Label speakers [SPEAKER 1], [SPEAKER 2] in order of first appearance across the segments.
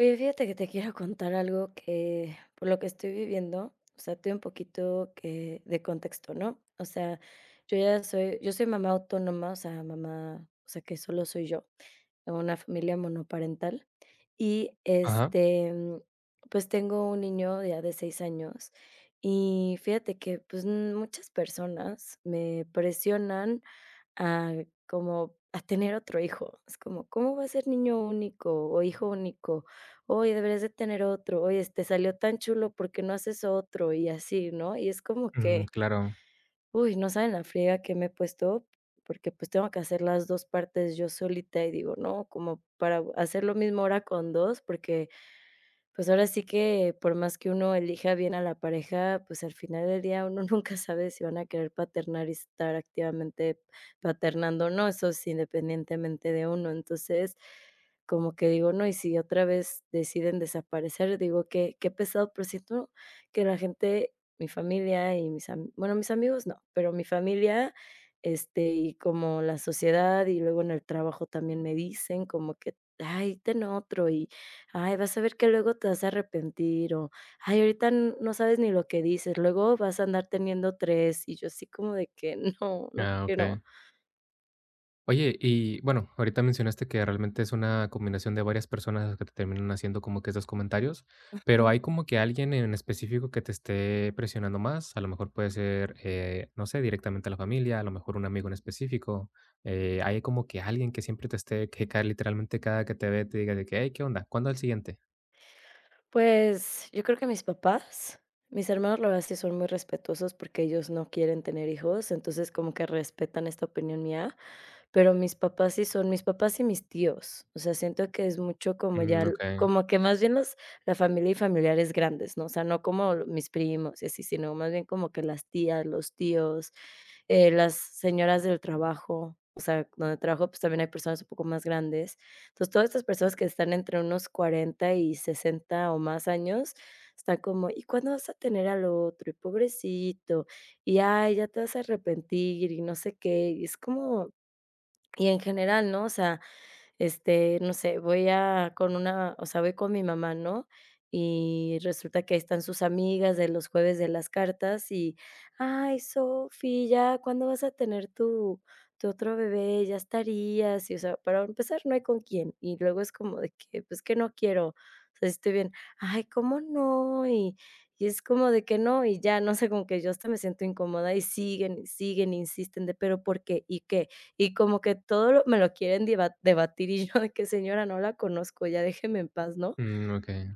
[SPEAKER 1] Oye, fíjate que te quiero contar algo que por lo que estoy viviendo, o sea, te doy un poquito que de contexto, ¿no? O sea, yo soy mamá autónoma, o sea, mamá, o sea, que solo soy yo, en una familia monoparental. Y
[SPEAKER 2] Ajá,
[SPEAKER 1] este, pues tengo un niño ya de 6 años. Y fíjate que pues muchas personas me presionan a como a tener otro hijo. Es como, ¿cómo va a ser niño único o hijo único? Oye, deberías de tener otro. Oye, te salió tan chulo, ¿por qué no haces otro? Y así, ¿no? Y es como
[SPEAKER 2] mm,
[SPEAKER 1] que,
[SPEAKER 2] claro.
[SPEAKER 1] uy, no saben la friega que me he puesto, porque pues tengo que hacer las 2 partes yo solita y digo, no, como para hacer lo mismo ahora con 2 porque pues ahora sí que por más que uno elija bien a la pareja, pues al final del día uno nunca sabe si van a querer paternar y estar activamente paternando o no, eso es independientemente de uno. Entonces, como que digo, no, y si otra vez deciden desaparecer, digo que qué pesado, pero siento que la gente, mi familia y mis amigos no, pero mi familia, este, y como la sociedad y luego en el trabajo también me dicen como que: "Ay, ten otro", y ay, vas a ver que luego te vas a arrepentir o, ay, ahorita n no sabes ni lo que dices, luego vas a andar teniendo 3 y yo así como de que no, no
[SPEAKER 2] Ah,
[SPEAKER 1] quiero.
[SPEAKER 2] okey. Oye, y bueno, ahorita mencionaste que realmente es una combinación de varias personas las que te terminan haciendo como que estos comentarios, pero, ¿hay como que alguien en específico que te esté presionando más? A lo mejor puede ser, no sé, directamente la familia, a lo mejor un amigo en específico, ¿hay como que alguien que siempre te esté que ca literalmente cada que te ve te diga de que: "Hey, ¿qué onda? ¿Cuándo el siguiente?".
[SPEAKER 1] Pues, yo creo que mis papás, mis hermanos, la verdad sí son muy respetuosos porque ellos no quieren tener hijos, entonces como que respetan esta opinión mía, pero mis papás sí son mis papás y mis tíos. O sea, siento que es mucho como
[SPEAKER 2] Mm, okey,
[SPEAKER 1] como que más bien los la familia y familiares grandes, ¿no? O sea, no como mis primos y así, sino más bien como que las tías, los tíos, las señoras del trabajo. O sea, donde trabajo, pues, también hay personas un poco más grandes. Entonces, todas estas personas que están entre unos 40 y 60 o más años, están como: "¿Y cuándo vas a tener al otro? Y pobrecito, y ay, ya te vas a arrepentir", y no sé qué. Y es como y en general, ¿no? O sea, este, no sé, voy a con una o sea, voy con mi mamá, ¿no? Y resulta que ahí están sus amigas de los jueves de las cartas y: "Ay, Sofi, ya, ¿cuándo vas a tener tu otro bebé? Ya estarías". Y, o sea, para empezar, no hay con quién. Y luego es como de que: "Pues, que no quiero". O sea, sí estoy bien: "Ay, ¿cómo no?". Y es como de que no, y ya, no sé, como que yo hasta me siento incómoda, y siguen, siguen, insisten de: "¿Pero por qué? ¿Y qué? Y como que todo lo me lo quieren debatir, y yo de que: "Señora, no la conozco, ya déjeme en paz", ¿no?
[SPEAKER 2] mm, okey.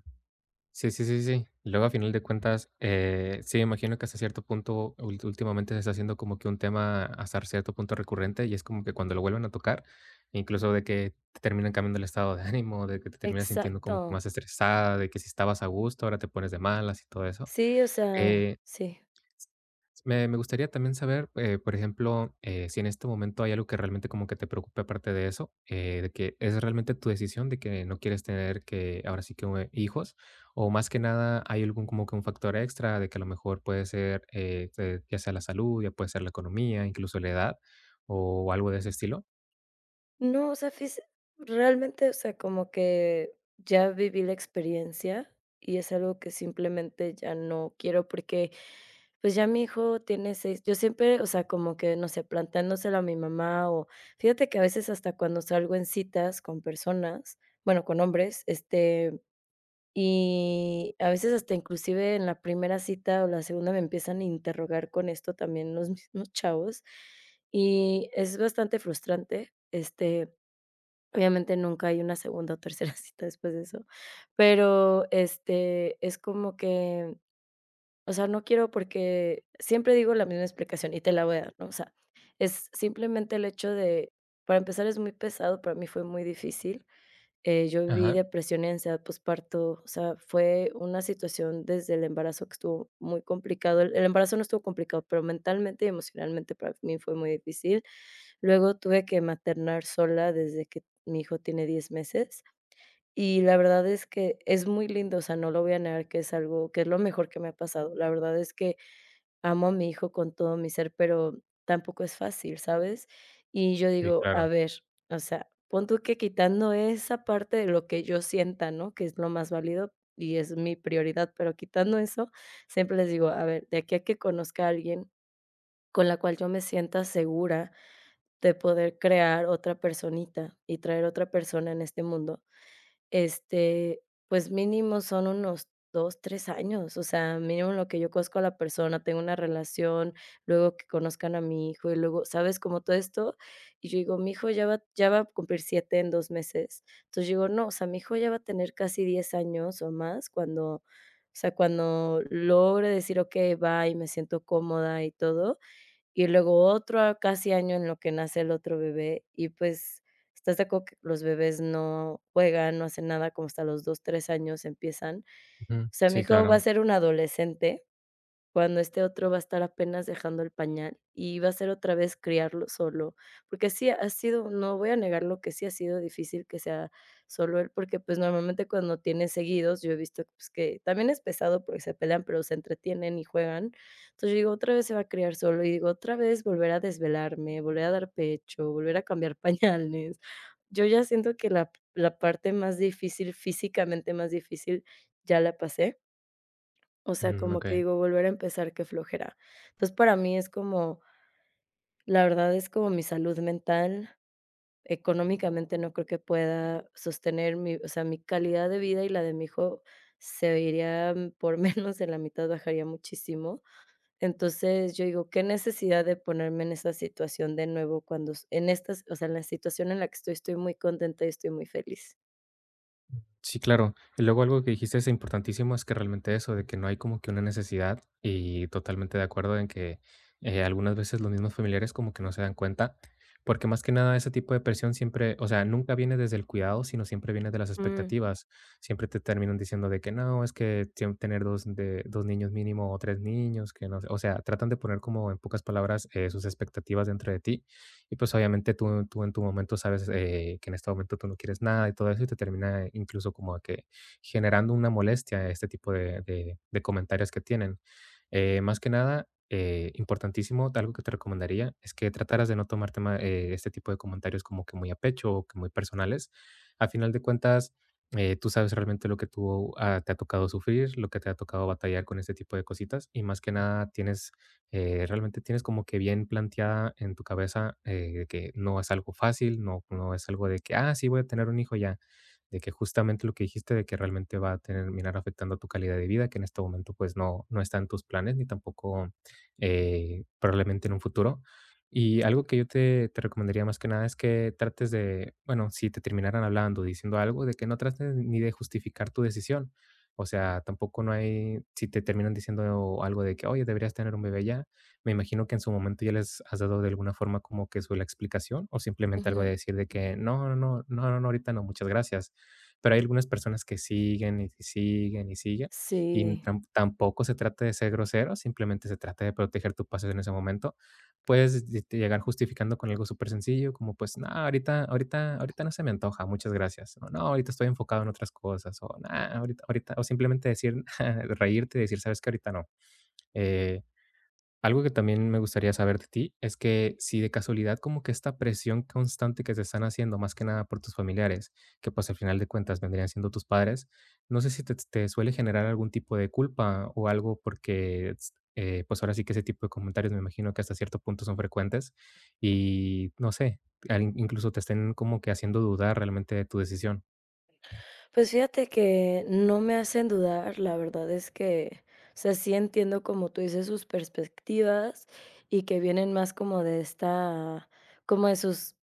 [SPEAKER 2] Sí, sí, sí, sí. Luego, a final de cuentas, sí, imagino que hasta cierto punto, últimamente se está haciendo como que un tema hasta cierto punto recurrente y es como que cuando lo vuelven a tocar, incluso de que te terminan cambiando el estado de ánimo, de que te terminas sintiendo como que
[SPEAKER 1] Exacto.
[SPEAKER 2] más estresada, de que si estabas a gusto, ahora te pones de malas y todo eso.
[SPEAKER 1] Sí, o sea,
[SPEAKER 2] Eh,
[SPEAKER 1] sí.
[SPEAKER 2] me gustaría también saber, por ejemplo, si en este momento hay algo que realmente como que te preocupe aparte de eso, de que es realmente tu decisión de que no quieres tener que ahora sí que hijos, o más que nada hay algún como que un factor extra de que a lo mejor puede ser ya sea la salud, ya puede ser la economía, incluso la edad o algo de ese estilo.
[SPEAKER 1] No, o sea, físe realmente, o sea, como que ya viví la experiencia, y es algo que simplemente ya no quiero, porque, pues, ya mi hijo tiene 6 yo siempre, o sea, como que, no sé, planteándoselo a mi mamá, o fíjate que a veces hasta cuando salgo en citas con personas, bueno, con hombres, este. Y a veces hasta inclusive en la primera cita o la segunda me empiezan a interrogar con esto también los mismos chavos, y es bastante frustrante, este, obviamente nunca hay una segunda o tercera cita después de eso, pero, este, es como que, o sea, no quiero porque siempre digo la misma explicación y te la voy a dar, ¿no? O sea, es simplemente el hecho de para empezar es muy pesado, para mí fue muy difícil, yo viví
[SPEAKER 2] Ajá,
[SPEAKER 1] depresión y ansiedad posparto, o sea, fue una situación desde el embarazo que estuvo muy complicado. El embarazo no estuvo complicado, pero mentalmente y emocionalmente para mí fue muy difícil. Luego tuve que maternar sola desde que mi hijo tiene 10 meses, y la verdad es que es muy lindo, o sea, no lo voy a negar que es algo que es lo mejor que me ha pasado. La verdad es que amo a mi hijo con todo mi ser, pero tampoco es fácil, ¿sabes? Y yo
[SPEAKER 2] sí,
[SPEAKER 1] digo, a
[SPEAKER 2] claro.
[SPEAKER 1] ver, o sea, pon tú que quitando esa parte de lo que yo sienta, ¿no? Que es lo más válido y es mi prioridad, pero quitando eso, siempre les digo, a ver, de aquí a que conozca a alguien con la cual yo me sienta segura de poder crear otra personita y traer otra persona en este mundo, este, pues mínimo son unos 2 3 años, o sea, mínimo en lo que yo conozco a la persona, tengo una relación, luego que conozcan a mi hijo y luego, ¿sabes? Como todo esto, y yo digo, mi hijo ya va a cumplir 7 en 2 meses. Entonces, yo digo, no, o sea, mi hijo ya va a tener casi 10 años o más cuando, o sea, cuando logre decir: "Okey, va", y me siento cómoda y todo, y luego otro a casi año en lo que nace el otro bebé, y pues, ¿estás de acuerdo que los bebés no juegan, no hacen nada como hasta los 2 3 años empiezan?
[SPEAKER 2] Ujú,
[SPEAKER 1] O sea, mi
[SPEAKER 2] sí,
[SPEAKER 1] hijo va a
[SPEAKER 2] claro.
[SPEAKER 1] ser un adolescente cuando este otro va a estar apenas dejando el pañal, y va a ser otra vez criarlo solo, porque sí ha sido, no voy a negarlo, que sí ha sido difícil que sea solo él, porque, pues, normalmente cuando tienes seguidos, yo he visto, pues, que también es pesado porque se pelean, pero se entretienen y juegan. Entonces, yo digo, otra vez se va a criar solo, y digo, otra vez volver a desvelarme, volver a dar pecho, volver a cambiar pañales. Yo ya siento que la parte más difícil, físicamente más difícil, ya la pasé. O sea,
[SPEAKER 2] Mm,
[SPEAKER 1] como
[SPEAKER 2] ok.
[SPEAKER 1] que digo, volver a empezar, qué flojera. Entonces, para mí es como, la verdad es como mi salud mental, económicamente no creo que pueda sostener mi, o sea, mi calidad de vida y la de mi hijo se iría por menos de la mitad, bajaría muchísimo. Entonces, yo digo, qué necesidad de ponerme en esa situación de nuevo cuando en estas, o sea, en la situación en la que estoy, estoy muy contenta y estoy muy feliz.
[SPEAKER 2] Sí, claro. Y luego algo que dijiste es importantísimo, es que realmente eso, de que no hay como que una necesidad y totalmente de acuerdo en que algunas veces los mismos familiares como que no se dan cuenta, porque más que nada ese tipo de presión siempre, o sea, nunca viene desde el cuidado, sino siempre viene de las
[SPEAKER 1] Mm,
[SPEAKER 2] expectativas. Siempre te terminan diciendo de que no, es que tener dos, de, dos niños mínimo o tres niños que no, sé, o sea, tratan de poner como en pocas palabras sus expectativas dentro de ti. Y pues obviamente tú en tu momento sabes que en este momento tú no quieres nada y todo eso y te termina incluso como que generando una molestia este tipo de, de comentarios que tienen. Más que nada, importantísimo, algo que te recomendaría es que trataras de no tomarte este tipo de comentarios como que muy a pecho o que muy personales. A final de cuentas, tú sabes realmente lo que tú ah, te ha tocado sufrir, lo que te ha tocado batallar con este tipo de cositas y más que nada tienes realmente tienes como que bien planteada en tu cabeza de que no es algo fácil, no, no es algo de que, ah, sí, voy a tener un hijo ya, de que justamente lo que dijiste de que realmente va a terminar afectando tu calidad de vida, que en este momento pues no, no está en tus planes ni tampoco probablemente en un futuro. Y algo que yo te recomendaría más que nada es que trates de, bueno, si te terminaran hablando, diciendo algo, de que no trates ni de justificar tu decisión, o sea, tampoco no hay, si te terminan diciendo algo de que, oye, deberías tener un bebé ya, me imagino que en su momento ya les has dado de alguna forma como que su la explicación o simplemente algo
[SPEAKER 1] ujú.
[SPEAKER 2] de decir de que no, no, no, no, no, no, ahorita no, muchas gracias. Pero hay algunas personas que siguen y siguen y siguen y
[SPEAKER 1] Sí.
[SPEAKER 2] tampoco se trata de ser grosero, simplemente se trata de proteger tu pasos en ese momento puedes llegar justificando con algo súper sencillo, como pues, no, ahorita, ahorita, ahorita no se me antoja, muchas gracias. O no, ahorita estoy enfocado en otras cosas. O no, ahorita, ahorita, o simplemente decir, reírte y decir, sabes que ahorita no. Eh, algo que también me gustaría saber de ti es que si de casualidad como que esta presión constante que te están haciendo, más que nada por tus familiares, que pues al final de cuentas vendrían siendo tus padres, no sé si te suele generar algún tipo de culpa o algo porque pues ahora sí que ese tipo de comentarios me imagino que hasta cierto punto son frecuentes y no sé, incluso te estén como que haciendo dudar realmente de tu decisión.
[SPEAKER 1] Pues fíjate que no me hacen dudar, la verdad es que, o sea, sí entiendo como tú dices sus perspectivas y que vienen más como de esta, como de sus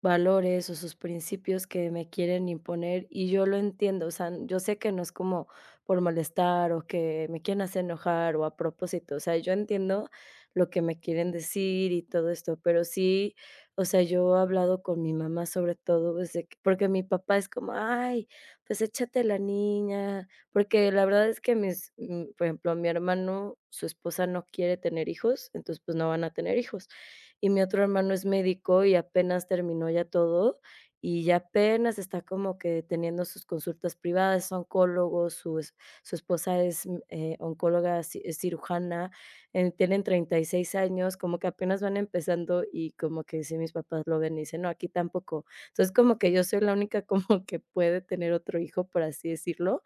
[SPEAKER 1] valores o sus principios que me quieren imponer y yo lo entiendo, o sea, yo sé que no es como por molestar o que me quieren hacer enojar o a propósito, o sea, yo entiendo lo que me quieren decir y todo esto, pero sí, o sea, yo he hablado con mi mamá sobre todo, desde que porque mi papá es como, ay, pues échate la niña, porque la verdad es que mis, por ejemplo, mi hermano, su esposa no quiere tener hijos, entonces pues no van a tener hijos y mi otro hermano es médico y apenas terminó ya todo, y ya apenas está como que teniendo sus consultas privadas, es oncólogo, su esposa es, oncóloga, ci es cirujana, tienen 36 años, como que apenas van empezando y como que si mis papás lo ven y dicen: "No, aquí tampoco". Entonces, como que yo soy la única como que puede tener otro hijo, por así decirlo,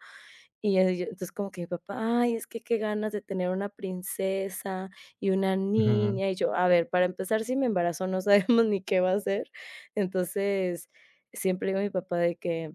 [SPEAKER 1] y yo entonces como que mi papá: "Ay, es que qué ganas de tener una princesa y una
[SPEAKER 2] Ujú,
[SPEAKER 1] niña", y yo: "A ver, para empezar, si me embarazo no sabemos ni qué va a ser". Entonces, siempre digo a mi papá de que: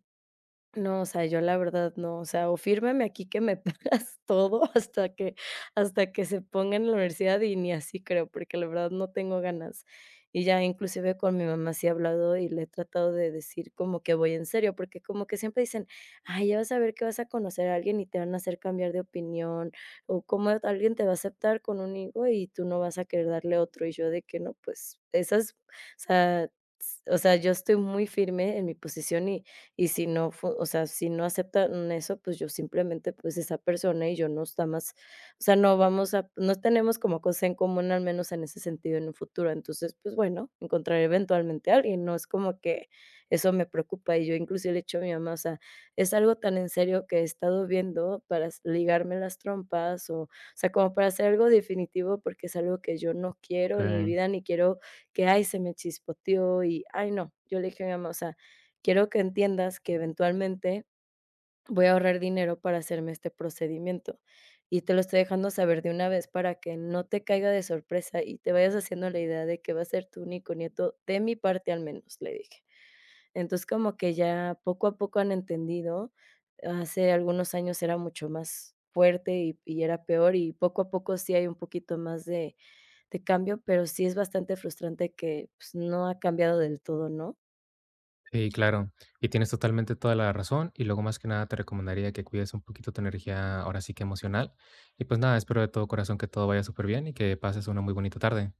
[SPEAKER 1] no, o sea, yo la verdad no, o sea, o fírmame aquí que me pagas todo hasta que se ponga en la universidad y ni así creo, porque la verdad no tengo ganas. Y ya inclusive con mi mamá sí he hablado y le he tratado de decir como que voy en serio, porque como que siempre dicen: "Ay, ya vas a ver que vas a conocer a alguien y te van a hacer cambiar de opinión, o cómo alguien te va a aceptar con un hijo y tú no vas a querer darle otro". Y yo de que no, pues esas, o sea s o sea, yo estoy muy firme en mi posición y si no fu o sea, si no aceptan eso, pues yo simplemente, pues esa persona y yo no está más o sea, no vamos a no tenemos como cosa en común, al menos en ese sentido, en un futuro. Entonces, pues bueno, encontraré eventualmente a alguien, no es como que eso me preocupa. Y yo inclusive le he dicho a mi mamá, o sea, es algo tan en serio que he estado viendo para s ligarme las trompas o sea, como para hacer algo definitivo, porque es algo que yo no
[SPEAKER 2] ok.
[SPEAKER 1] quiero en mi vida, ni quiero que, ay, se me chispoteó y, ay, no. Yo le dije a mi mamá, o sea, quiero que entiendas que eventualmente voy a ahorrar dinero para hacerme este procedimiento, y te lo estoy dejando saber de una vez para que no te caiga de sorpresa y te vayas haciendo la idea de que va a ser tu único nieto, de mi parte al menos", le dije. Entonces, como que ya poco a poco han entendido. Hace algunos años era mucho más fuerte y era peor, y poco a poco sí hay un poquito más de cambio, pero sí es bastante frustrante que, pues, no ha cambiado del todo, ¿no?
[SPEAKER 2] Sí, claro. Y tienes totalmente toda la razón. Y luego, más que nada, te recomendaría que cuides un poquito tu energía, ahora sí que emocional. Y pues nada, espero de todo corazón que todo vaya súper bien y que pases una muy bonita tarde.